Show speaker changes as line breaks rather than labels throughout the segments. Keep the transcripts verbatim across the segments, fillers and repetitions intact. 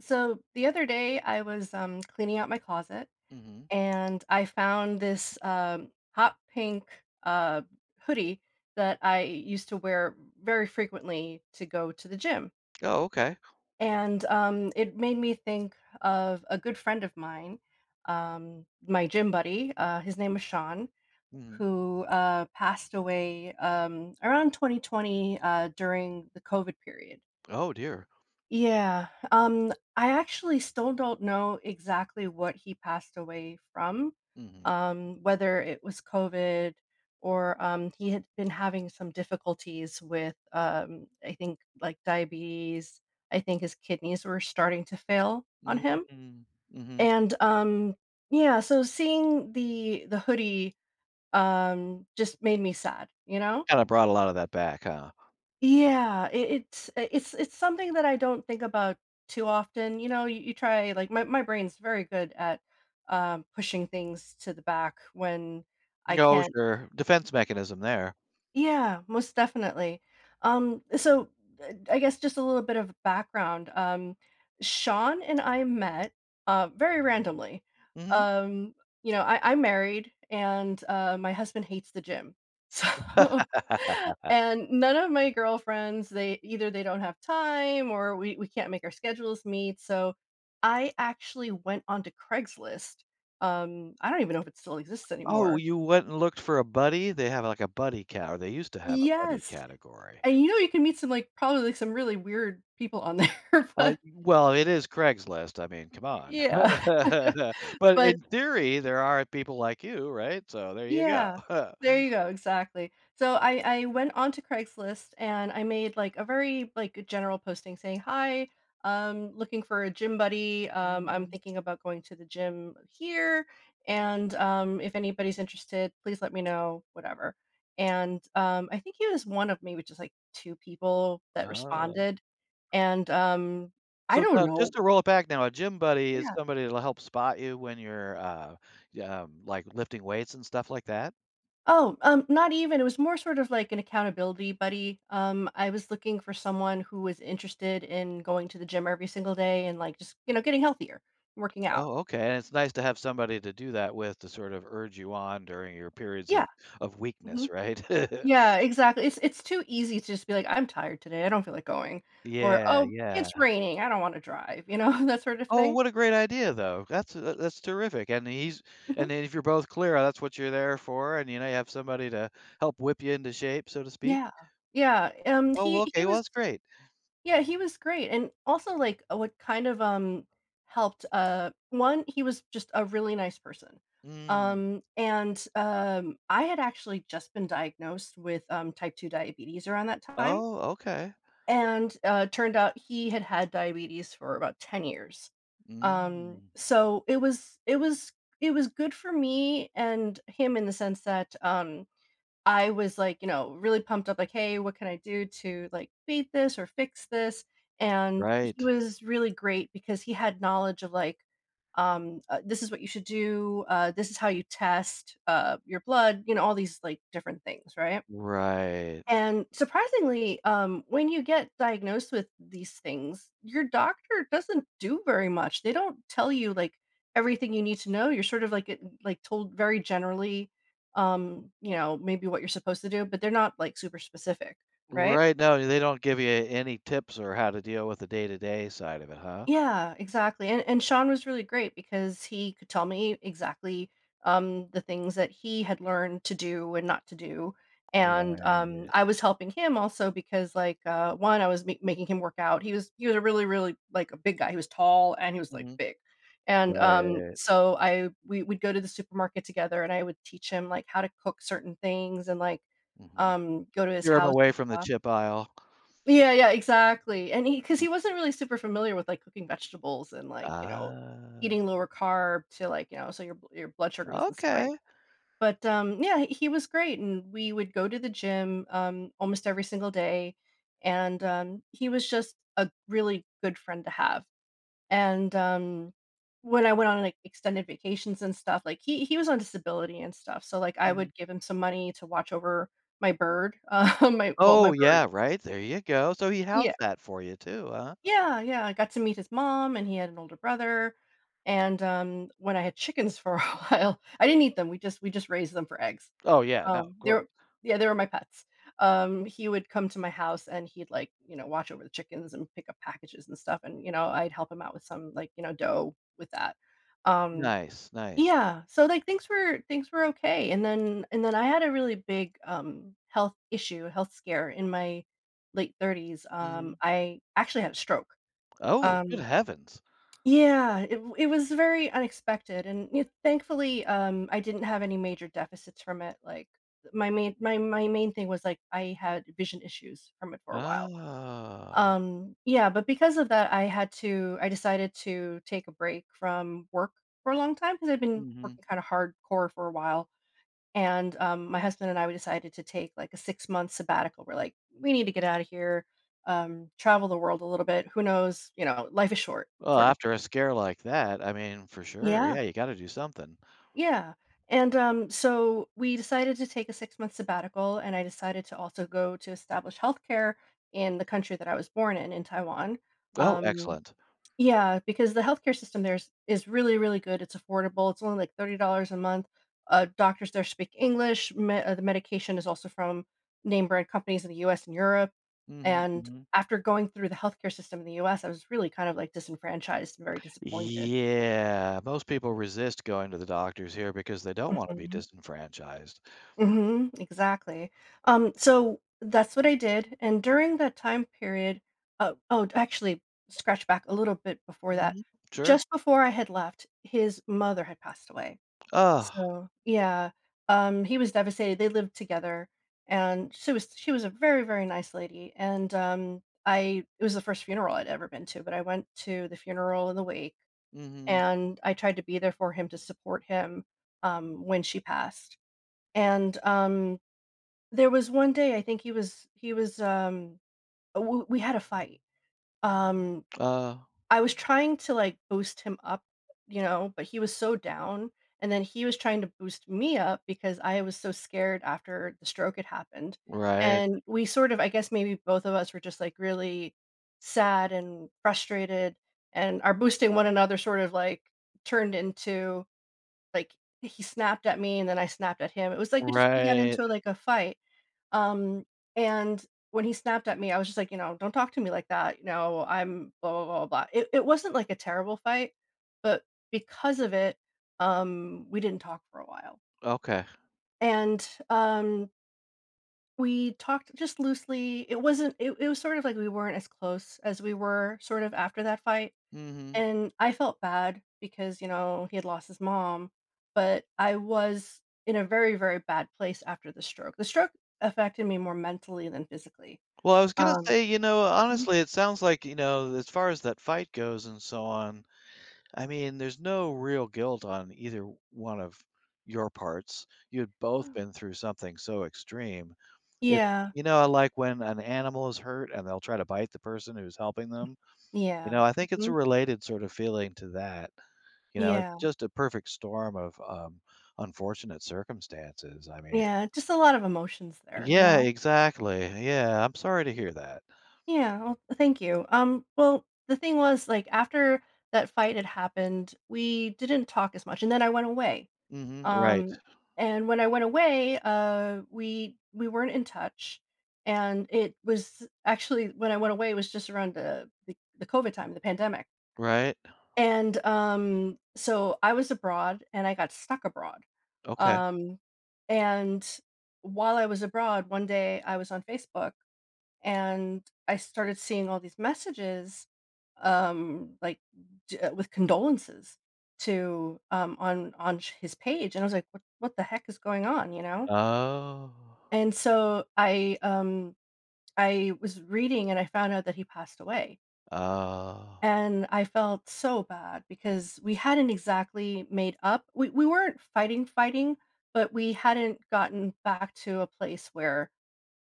So the other day, I was um, cleaning out my closet,
Mhm.
and I found this um, hot pink uh, hoodie that I used to wear very frequently to go to the gym.
Oh, okay.
And um, it made me think of a good friend of mine, um, my gym buddy. Uh, his name was Sean,
Mhm.
who uh, passed away um, around twenty twenty uh, during the COVID period.
Oh, dear.
Yeah, um, I actually still don't know exactly what he passed away from,
Mhm.
um, whether it was COVID, or um, he had been having some difficulties with, um, I think, like, diabetes. I think his kidneys were starting to fail on him,
Mm. Mhm.
and, um, yeah, so seeing the the hoodie, um, just made me sad, you know?
Kinda brought a lot of that back, huh?
Yeah, it, it's it's it's something that I don't think about too often. You know, you, you try. Like, my, my brain's very good at um, pushing things to the back when I
No,
can.
sure. Defense mechanism there.
Yeah, most definitely. Um, so uh, I guess just a little bit of background. Um, Sean and I met uh, very randomly.
Mhm.
Um, you know, I, I'm married, and uh, my husband hates the gym, so and none of my girlfriends, they either they don't have time, or we we can't make our schedules meet. So I actually went onto Craigslist. Um, I don't even know if it still exists
Oh,
anymore.
you went and looked for a buddy? They have, like, a buddy cat or they used to have a buddy
Yes.
category.
And you know, you can meet some, like, probably, like, some really weird people on there,
I
but
well, it is Craigslist. I mean, come on.
Yeah.
But
but
in theory, there are people like you, right? So there you go.
Yeah. There you go, exactly. So I I went onto Craigslist and I made, like, a very, like, general posting saying, "Hi, um, looking for a gym buddy. Um, I'm
Mhm.
thinking about going to the gym here, and, um, if anybody's interested, please let me know," whatever. And, um, I think he was one of maybe just, like, two people that
Oh.
responded, and, um, I
So,
don't
now, just
know.
to roll it back now, a gym buddy is
Yeah.
somebody that'll help spot you when you're, uh, yeah, um, like, lifting weights and stuff like that?
Oh, um, not even. It was more sort of like an accountability buddy. Um, I was looking for someone who was interested in going to the gym every single day, and, like, just, you know, getting healthier, working out.
Oh, okay, and it's nice to have somebody to do that with to sort of urge you on during your periods of
Yeah.
of
Hmm.
weakness, right?
Yeah, exactly. It's it's too easy to just be like, I'm tired today, I don't feel like going. Or,
Yeah,
oh, it's
yeah.
raining, I don't want to drive, you know, that sort of
Oh,
thing.
what a great idea, though. That's tha that's terrific, and he's and
Hmm.
then if you're both clear, that's what you're there for, and, you know, you have somebody to help whip you into shape, so to speak.
Yeah. Yeah. Um
Oh, well,
he he
okay, well,
was
that's great.
Yeah, he was great, and also, like, uh, what kind of, um, helped, uh, one, he was just a really nice person,
Mm.
um, and, um, I had actually just been diagnosed with, um, type two diabetes around that time,
Oh, okay.
and, uh, turned out he had had diabetes for about ten years, um,
Mm.
so it was it was it was good for me and him in the sense that, um I was like, you know, really pumped up, like, "Hey, what can I do to like beat this or fix this?" And he
Right.
was really great because he had knowledge of, like, um, uh, this is what you should do. Uh, this is how you test uh, your blood. You know, all these like different things, right?
Right.
And surprisingly, um, when you get diagnosed with these things, your doctor doesn't do very much. They don't tell you like everything you need to know. You're sort of, like, it- like told very generally, um, you know, maybe what you're supposed to do, but they're not, like, super specific, right?
Right. No, they don't give you any tips or how to deal with the day-to-day side of it, huh?
Yeah, exactly. And and Sean was really great because he could tell me exactly um, the things that he had learned to do and not to do. And um,
Right.
I was helping him also because, like, uh, one, I was ma- making him work out. He was he was a really, really, like, a big guy. He was tall and he was, like,
Mhm.
big. And um,
Right.
so I we would go to the supermarket together, and I would teach him, like, how to cook certain things and, like,
Mhm.
um, go to his
Steer 'em
house
away
and
from the
stuff.
chip aisle.
Yeah, yeah, exactly, and he, because he 'cause
Mhm.
he wasn't really super familiar with, like, cooking vegetables and, like, you know,
Ah,
eating lower carb to, like, you know, so your bl- your blood sugar doesn't spike.
okay.
But, um, yeah, he he was great, and we would go to the gym, um, almost every single day, and, um, he was just a really good friend to have. And, um, when I went on, like, extended vacations and stuff, like, he he was on disability and stuff, so, like, I
Mhm.
would give him some money to watch over my bird, um, my well, my
Oh,
birds.
yeah, right, there you go. So he
Yeah.
housed that for you too, huh?
Yeah, yeah, I got to meet his mom, and he had an older brother. And, um, when I had chickens for a while, I didn't eat them, we just we just raised them for eggs.
Oh, yeah, no,
Um,
of
they
course.
were Yeah, they were my pets. Um, he would come to my house, and he'd, like, you know, watch over the chickens and pick up packages and stuff, and, you know, I'd help him out with some, like, you know, dough with that. Um
Nice, nice.
yeah, so, like, things were things were okay, and then and then I had a really big, um, health issue, health scare in my late thirties. um,
Mhm.
I actually had a stroke.
Oh, good
Um,
heavens.
yeah, it w it was very unexpected, and, you know, thankfully, um, I didn't have any major deficits from it, like, my main my my main thing was, like, I had vision issues from it for a while.
Ah.
Um, yeah, but because of that, I had to I decided to take a break from work for a long time, because 'cause I've been
Mhm.
working kinda hardcore for a while. And, um, my husband and I, we decided to take, like, a six-month sabbatical. We're like, "We need to get out of here, um, travel the world a little bit. Who knows? You know, Life is short,"
Well,
sorta.
after a scare like that, I mean, for sure,
Yeah,
yeah, you gotta do something.
yeah, and, um, so we decided to take a six-month sabbatical, and I decided to also go to establish healthcare in the country that I was born in, in Taiwan.
Oh,
um
excellent.
Yeah, because the healthcare system there is is really, really good, it's affordable, it's only, like, thirty dollars a month. Uh, doctors there speak English. Me uh, The medication is also from name brand companies in the U S and Europe.
Mhm,
And
mhm.
after going through the healthcare system in the U S, I was really kind of, like, disenfranchised and very disappointed.
Yeah, most people resist going to the doctors here because they don't wanna be
Mhm.
disenfranchised.
Mhm, exactly. Um, so that's what I did, and during that time period— uh oh, actually, scratch back a little bit before that.
Mhm. Sure.
Just before I had left, his mother had passed away.
Ugh.
So yeah, um, he was devastated, they lived together, and she was she was a very, very nice lady. And, um, I it was the first funeral I'd ever been to, but I went to the funeral in the wake,
Mhm.
and I tried to be there for him to support him, um, when she passed. and, um there was one day, I think he was he was, um w we had a fight. Um,
Uh,
I was trying to, like, boost him up, you know, but he was so down, and then he was trying to boost me up because I was so scared after the stroke had happened.
right,
And we sort of— I guess maybe both of us were just, like, really sad and frustrated, and are boosting one another sort of, like, turned into, like, he snapped at me and then I snapped at him. It was like we just we got
right.
into, like, a fight. Um, and when he snapped at me, I was just like, you know, "Don't talk to me like that, you know, I'm blah blah blah blah." It it wasn't like a terrible fight, but because of it, um, we didn't talk for a while.
Okay.
And, um, we talked just loosely. It wasn't It it was sort of like we weren't as close as we were, sort of, after that fight,
Mhm.
and I felt bad because, you know, he had lost his mom, but I was in a very, very bad place after the stroke. The stroke affected me more mentally than physically.
Well, I was gonna
Um
say, you know,
Mhm.
honestly, it sounds like, you know, as far as that fight goes and so on, I mean, there's no real guilt on either one of your parts. You'd both been through something so extreme. It's
Yeah,
you know, I like when an animal is hurt and they'll try to bite the person who's helping them. You know,
yeah.
I think it's a
Mhm.
related sort of feeling to that. You know, it's
Yeah,
just a perfect storm of um, unfortunate circumstances, I mean
yeah, just a lot of emotions there, you
Yeah,
know?
exactly. Yeah, I'm sorry to hear that.
Yeah, well, thank you. Um, well, the thing was, like, after that fight had happened, we didn't talk as much, and then I went away.
Mhm, right,
Um, and when I went away, uh, we we weren't in touch. And it was actually, when I went away, it was just around the the the COVID time, the pandemic.
right.
And, um, so I was abroad, and I got stuck abroad.
Okay.
Um, and while I was abroad, one day I was on Facebook, and I started seeing all these messages, um, like d- uh, with condolences to— um, on— on sh- his page, and I was like, what what the heck is going on, you know?
Oh.
And so I um, I was reading and I found out that he passed away,
Oh.
and I felt so bad because we hadn't exactly made up. We we weren't fighting fighting, but we hadn't gotten back to a place where,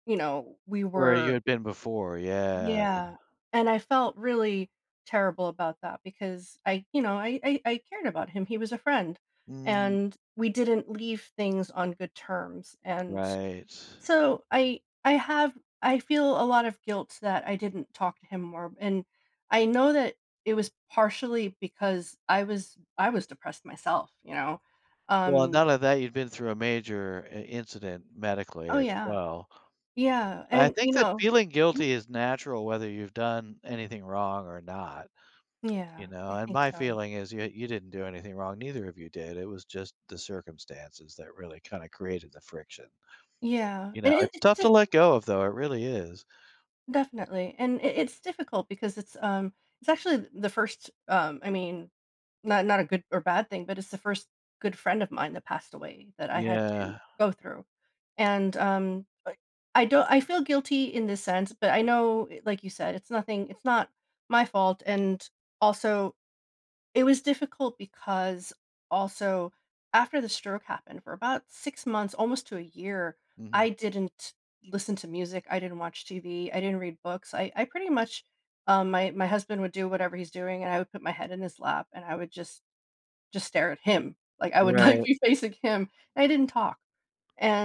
you know, we
Where you
were.
had been before, yeah.
Yeah. And I felt really terrible about that because I, you know, I I, I cared about him. He was a friend.
Mhm,
And we didn't leave things on good terms. And
right.
so I I have I feel a lot of guilt that I didn't talk to him more, and I know that it was partially because I was I was depressed myself, you know.
Well,
Um
none of that you'd been through a major I incident medically
oh
as
yeah.
well.
Yeah,
I
and
think
you
that
know.
feeling
Mhm.
guilty is natural whether you've done anything wrong or not, you
Yeah,
know,
I
and
think
my
so.
feeling is you you didn't do anything wrong, neither of you did, it was just the circumstances that really kinda created the friction,
Yeah,
you know,
and it,
it's
it's
tough to
diff-
let go of though, it really is.
definitely, and it, it's difficult because it's um it's actually the first— um I mean, not not a good or bad thing, but it's the first good friend of mine that passed away that I had to
Yeah,
go through. And, um, I I don't— I feel guilty in this sense, but I know, eh, like you said, it's nothing it's not my fault. And also, it was difficult because also, after the stroke happened, for about six months, almost to a year,
mhm,
I didn't listen to music, I didn't watch T V, I didn't read books, I I pretty much— um, my my husband would do whatever he's doing, and I would put my head in his lap, and I would just just stare at him. Like, I would, like,
right,
be facing him, and I didn't talk,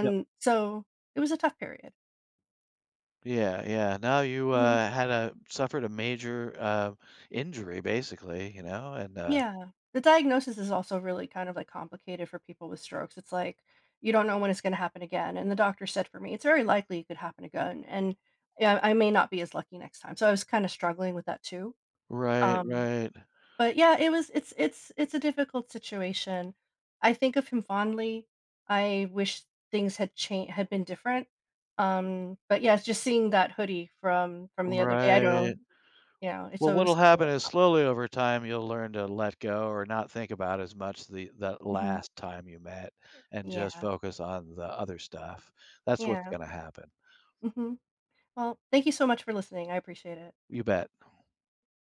yep.
so it was a tough period.
Yeah, yeah, now you,
Mhm.
uh, had a suffered a major, uh, injury basically, you know, and, uh
Yeah. The diagnosis is also really kind of, like, complicated for people with strokes. It's like, you don't know when it's gonna happen again, and the doctor said for me, "It's very likely it could happen again, and, yeah, I may not be as lucky next time." So I was kinda struggling with that too.
Right,
Um
right,
But yeah, it was it's it's it's a difficult situation. I think of him fondly. I wish things had changed had been different. Um, but yeah, just seeing that hoodie from from the other day, I
right.
don't— you know, it's
Well,
always
what'll
something
happen
that—
is slowly over time, you'll learn to let go or not think about as much the that
Mhm.
last time you met and just
Yeah.
focus on the other stuff. That's what's
Yeah.
gonna happen.
Mhm. Well, thank you so much for listening. I appreciate it.
You bet.